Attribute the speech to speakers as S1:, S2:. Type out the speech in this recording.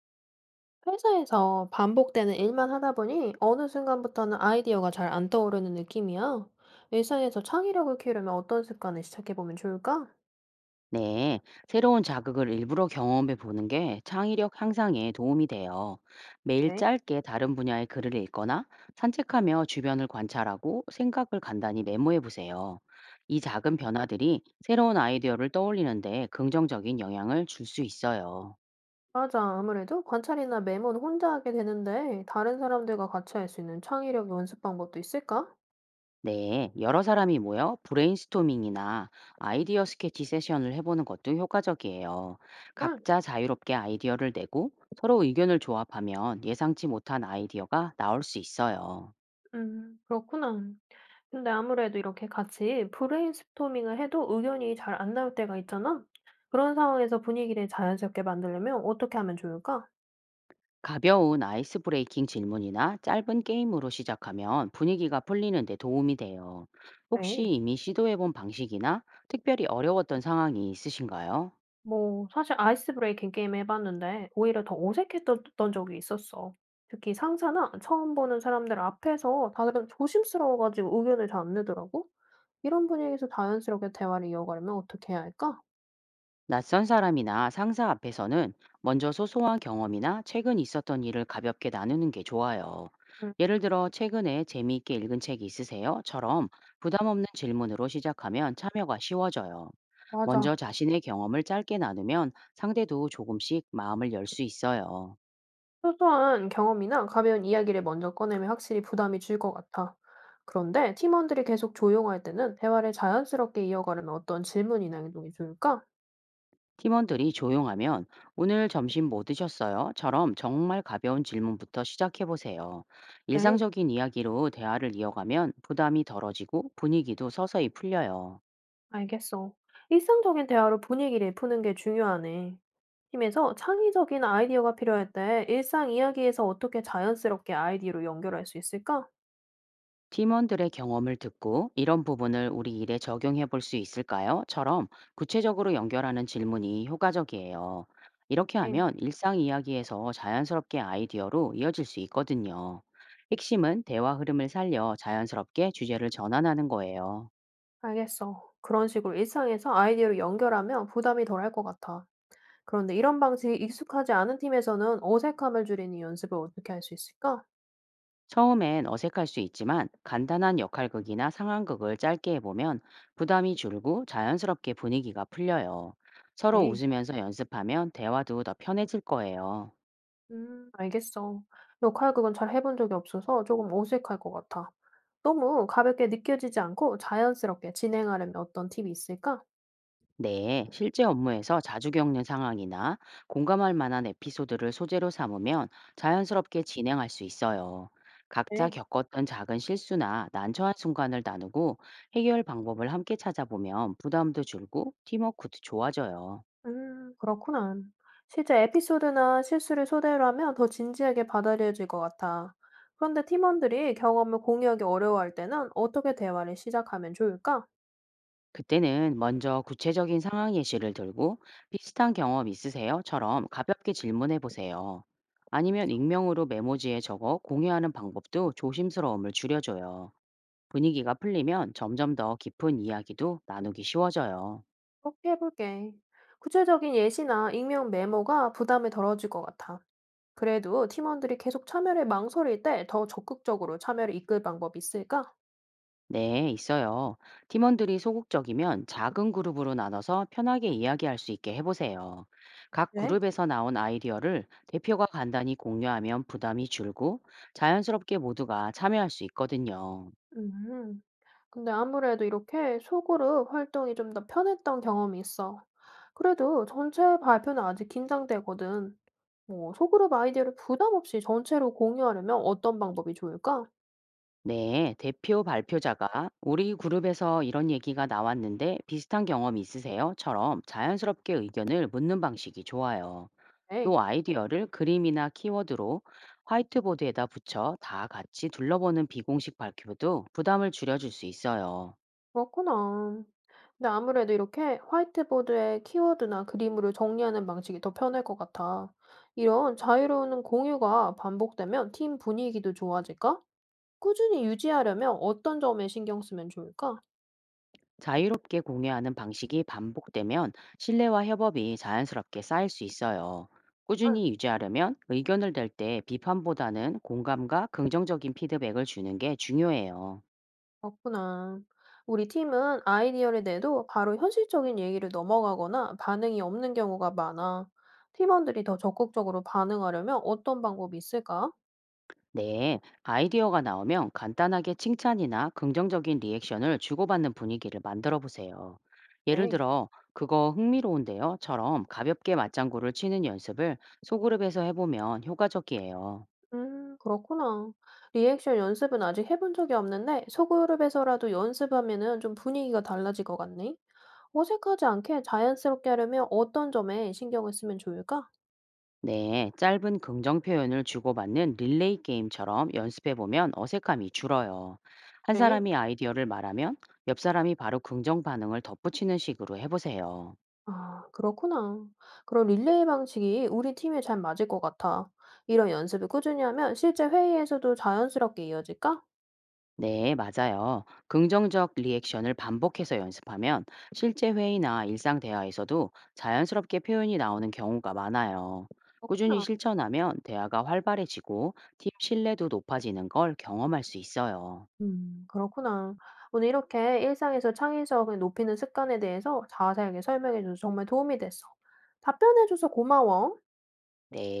S1: 회사에서 반복되는 일만 하다 보니 어느 순간부터는 아이디어가 잘 안 떠오르는 느낌이야. 일상에서 창의력을 키우려면 어떤 습관을 시작해보면 좋을까?
S2: 네, 새로운 자극을 일부러 경험해 보는 게 창의력 향상에 도움이 돼요. 매일
S1: 네.
S2: 짧게 다른 분야의 글을 읽거나 산책하며 주변을 관찰하고 생각을 간단히 메모해 보세요. 이 작은 변화들이 새로운 아이디어를 떠올리는데 긍정적인 영향을 줄 수 있어요.
S1: 맞아. 아무래도 관찰이나 메모는 혼자 하게 되는데 다른 사람들과 같이 할 수 있는 창의력 연습 방법도 있을까?
S2: 네, 여러 사람이 모여 브레인스토밍이나 아이디어 스케치 세션을 해보는 것도 효과적이에요.
S1: 정말?
S2: 각자 자유롭게 아이디어를 내고 서로 의견을 조합하면 예상치 못한 아이디어가 나올 수 있어요.
S1: 그렇구나. 근데 아무래도 이렇게 같이 브레인스토밍을 해도 의견이 잘 안 나올 때가 있잖아. 그런 상황에서 분위기를 자연스럽게 만들려면 어떻게 하면 좋을까?
S2: 가벼운 아이스 브레이킹 질문이나 짧은 게임으로 시작하면 분위기가 풀리는 데 도움이 돼요. 혹시
S1: 네.
S2: 이미 시도해본 방식이나 특별히 어려웠던 상황이 있으신가요?
S1: 뭐 사실 아이스 브레이킹 게임 해 봤는데 오히려 더 어색했던 던 적이 있었어. 특히 상사나 처음 보는 사람들 앞에서 다들 조심스러워 가지고 의견을 잘 안 내더라고. 이런 분위기에서 자연스럽게 대화를 이어가려면 어떻게 해야 할까?
S2: 낯선 사람이나 상사 앞에서는 먼저 소소한 경험이나 최근 있었던 일을 가볍게 나누는 게 좋아요.
S1: 응.
S2: 예를 들어, 최근에 재미있게 읽은 책 있으세요?처럼 부담 없는 질문으로 시작하면 참여가 쉬워져요.
S1: 맞아.
S2: 먼저 자신의 경험을 짧게 나누면 상대도 조금씩 마음을 열 수 있어요.
S1: 소소한 경험이나 가벼운 이야기를 먼저 꺼내면 확실히 부담이 줄 것 같아. 그런데 팀원들이 계속 조용할 때는 대화를 자연스럽게 이어가려면 어떤 질문이나 행동이 좋을까?
S2: 팀원들이 조용하면 오늘 점심 뭐 드셨어요?처럼 정말 가벼운 질문부터 시작해 보세요.
S1: 네.
S2: 일상적인 이야기로 대화를 이어가면 부담이 덜어지고 분위기도 서서히 풀려요.
S1: 알겠어. 일상적인 대화로 분위기를 푸는 게 중요하네. 팀에서 창의적인 아이디어가 필요할 때 일상 이야기에서 어떻게 자연스럽게 아이디어로 연결할 수 있을까?
S2: 팀원들의 경험을 듣고 이런 부분을 우리 일에 적용해 볼 수 있을까요?처럼 구체적으로 연결하는 질문이 효과적이에요. 이렇게
S1: 네,
S2: 하면 일상 이야기에서 자연스럽게 아이디어로 이어질 수 있거든요. 핵심은 대화 흐름을 살려 자연스럽게 주제를 전환하는 거예요.
S1: 알겠어. 그런 식으로 일상에서 아이디어로 연결하면 부담이 덜할 것 같아. 그런데 이런 방식이 익숙하지 않은 팀에서는 어색함을 줄이는 연습을 어떻게 할 수 있을까?
S2: 처음엔 어색할 수 있지만 간단한 역할극이나 상황극을 짧게 해보면 부담이 줄고 자연스럽게 분위기가 풀려요. 서로
S1: 네.
S2: 웃으면서 연습하면 대화도 더 편해질 거예요.
S1: 알겠어. 역할 극은 잘 해본 적이 없어서 조금 어색할 것 같아. 너무 가볍게 느껴지지 않고 자연스럽게 진행하려면 어떤 팁이 있을까?
S2: 네, 실제 업무에서 자주 겪는 상황이나 공감할 만한 에피소드를 소재로 삼으면 자연스럽게 진행할 수 있어요. 각자
S1: 네.
S2: 겪었던 작은 실수나 난처한 순간을 나누고 해결 방법을 함께 찾아보면 부담도 줄고 팀워크도 좋아져요.
S1: 그렇구나. 실제 에피소드나 실수를 소개를 하면 더 진지하게 받아들여질 것 같아. 그런데 팀원들이 경험을 공유하기 어려워할 때는 어떻게 대화를 시작하면 좋을까?
S2: 그때는 먼저 구체적인 상황 예시를 들고 비슷한 경험 있으세요?처럼 가볍게 질문해 보세요. 아니면 익명으로 메모지에 적어 공유하는 방법도 조심스러움을 줄여줘요. 분위기가 풀리면 점점 더 깊은 이야기도 나누기 쉬워져요.
S1: 그렇게 해볼게. 구체적인 예시나 익명 메모가 부담이 덜어질 것 같아. 그래도 팀원들이 계속 참여를 망설일 때 더 적극적으로 참여를 이끌 방법이 있을까?
S2: 네, 있어요. 팀원들이 소극적이면 작은 그룹으로 나눠서 편하게 이야기할 수 있게 해보세요. 각
S1: 네.
S2: 그룹에서 나온 아이디어를 대표가 간단히 공유하면 부담이 줄고 자연스럽게 모두가 참여할 수 있거든요.
S1: 음. 근데 아무래도 이렇게 소그룹 활동이 좀 더 편했던 경험이 있어. 그래도 전체 발표는 아직 긴장되거든. 뭐, 소그룹 아이디어를 부담 없이 전체로 공유하려면 어떤 방법이 좋을까?
S2: 네, 대표 발표자가 우리 그룹에서 이런 얘기가 나왔는데 비슷한 경험 있으세요?처럼 자연스럽게 의견을 묻는 방식이 좋아요.
S1: 네.
S2: 또 아이디어를 그림이나 키워드로 화이트보드에다 붙여 다 같이 둘러보는 비공식 발표도 부담을 줄여줄 수 있어요.
S1: 그렇구나. 근데 아무래도 이렇게 화이트보드에 키워드나 그림으로 정리하는 방식이 더 편할 것 같아. 이런 자유로운 공유가 반복되면 팀 분위기도 좋아질까? 꾸준히 유지하려면 어떤 점에 신경 쓰면 좋을까?
S2: 자유롭게 공유하는 방식이 반복되면 신뢰와 협업이 자연스럽게 쌓일 수 있어요.
S1: 응.
S2: 꾸준히 유지하려면 의견을 낼 때 비판보다는 공감과 긍정적인 피드백을 주는 게 중요해요.
S1: 그렇구나. 우리 팀은 아이디어를 내도 바로 현실적인 얘기를 넘어가거나 반응이 없는 경우가 많아. 팀원들이 더 적극적으로 반응하려면 어떤 방법이 있을까?
S2: 네, 아이디어가 나오면 간단하게 칭찬이나 긍정적인 리액션을 주고받는 분위기를 만들어 보세요. 예를
S1: 네.
S2: 들어, 그거 흥미로운데요?처럼 가볍게 맞장구를 치는 연습을 소그룹에서 해보면 효과적이에요.
S1: 그렇구나. 리액션 연습은 아직 해본 적이 없는데, 소그룹에서라도 연습하면은 좀 분위기가 달라질 것 같네. 어색하지 않게 자연스럽게 하려면 어떤 점에 신경을 쓰면 좋을까?
S2: 네, 짧은 긍정 표현을 주고받는 릴레이 게임처럼 연습해보면 어색함이 줄어요. 한
S1: 네.
S2: 사람이 아이디어를 말하면 옆 사람이 바로 긍정 반응을 덧붙이는 식으로 해보세요.
S1: 아, 그렇구나. 그런 릴레이 방식이 우리 팀에 잘 맞을 것 같아. 이런 연습을 꾸준히 하면 실제 회의에서도 자연스럽게 이어질까?
S2: 네, 맞아요. 긍정적 리액션을 반복해서 연습하면 실제 회의나 일상 대화에서도 자연스럽게 표현이 나오는 경우가 많아요. 꾸준히
S1: 그렇구나.
S2: 실천하면 대화가 활발해지고 팀 신뢰도 높아지는 걸 경험할 수 있어요.
S1: 그렇구나. 오늘 이렇게 일상에서 창의성을 높이는 습관에 대해서 자세하게 설명해줘서 정말 도움이 됐어. 답변해줘서 고마워.
S2: 네.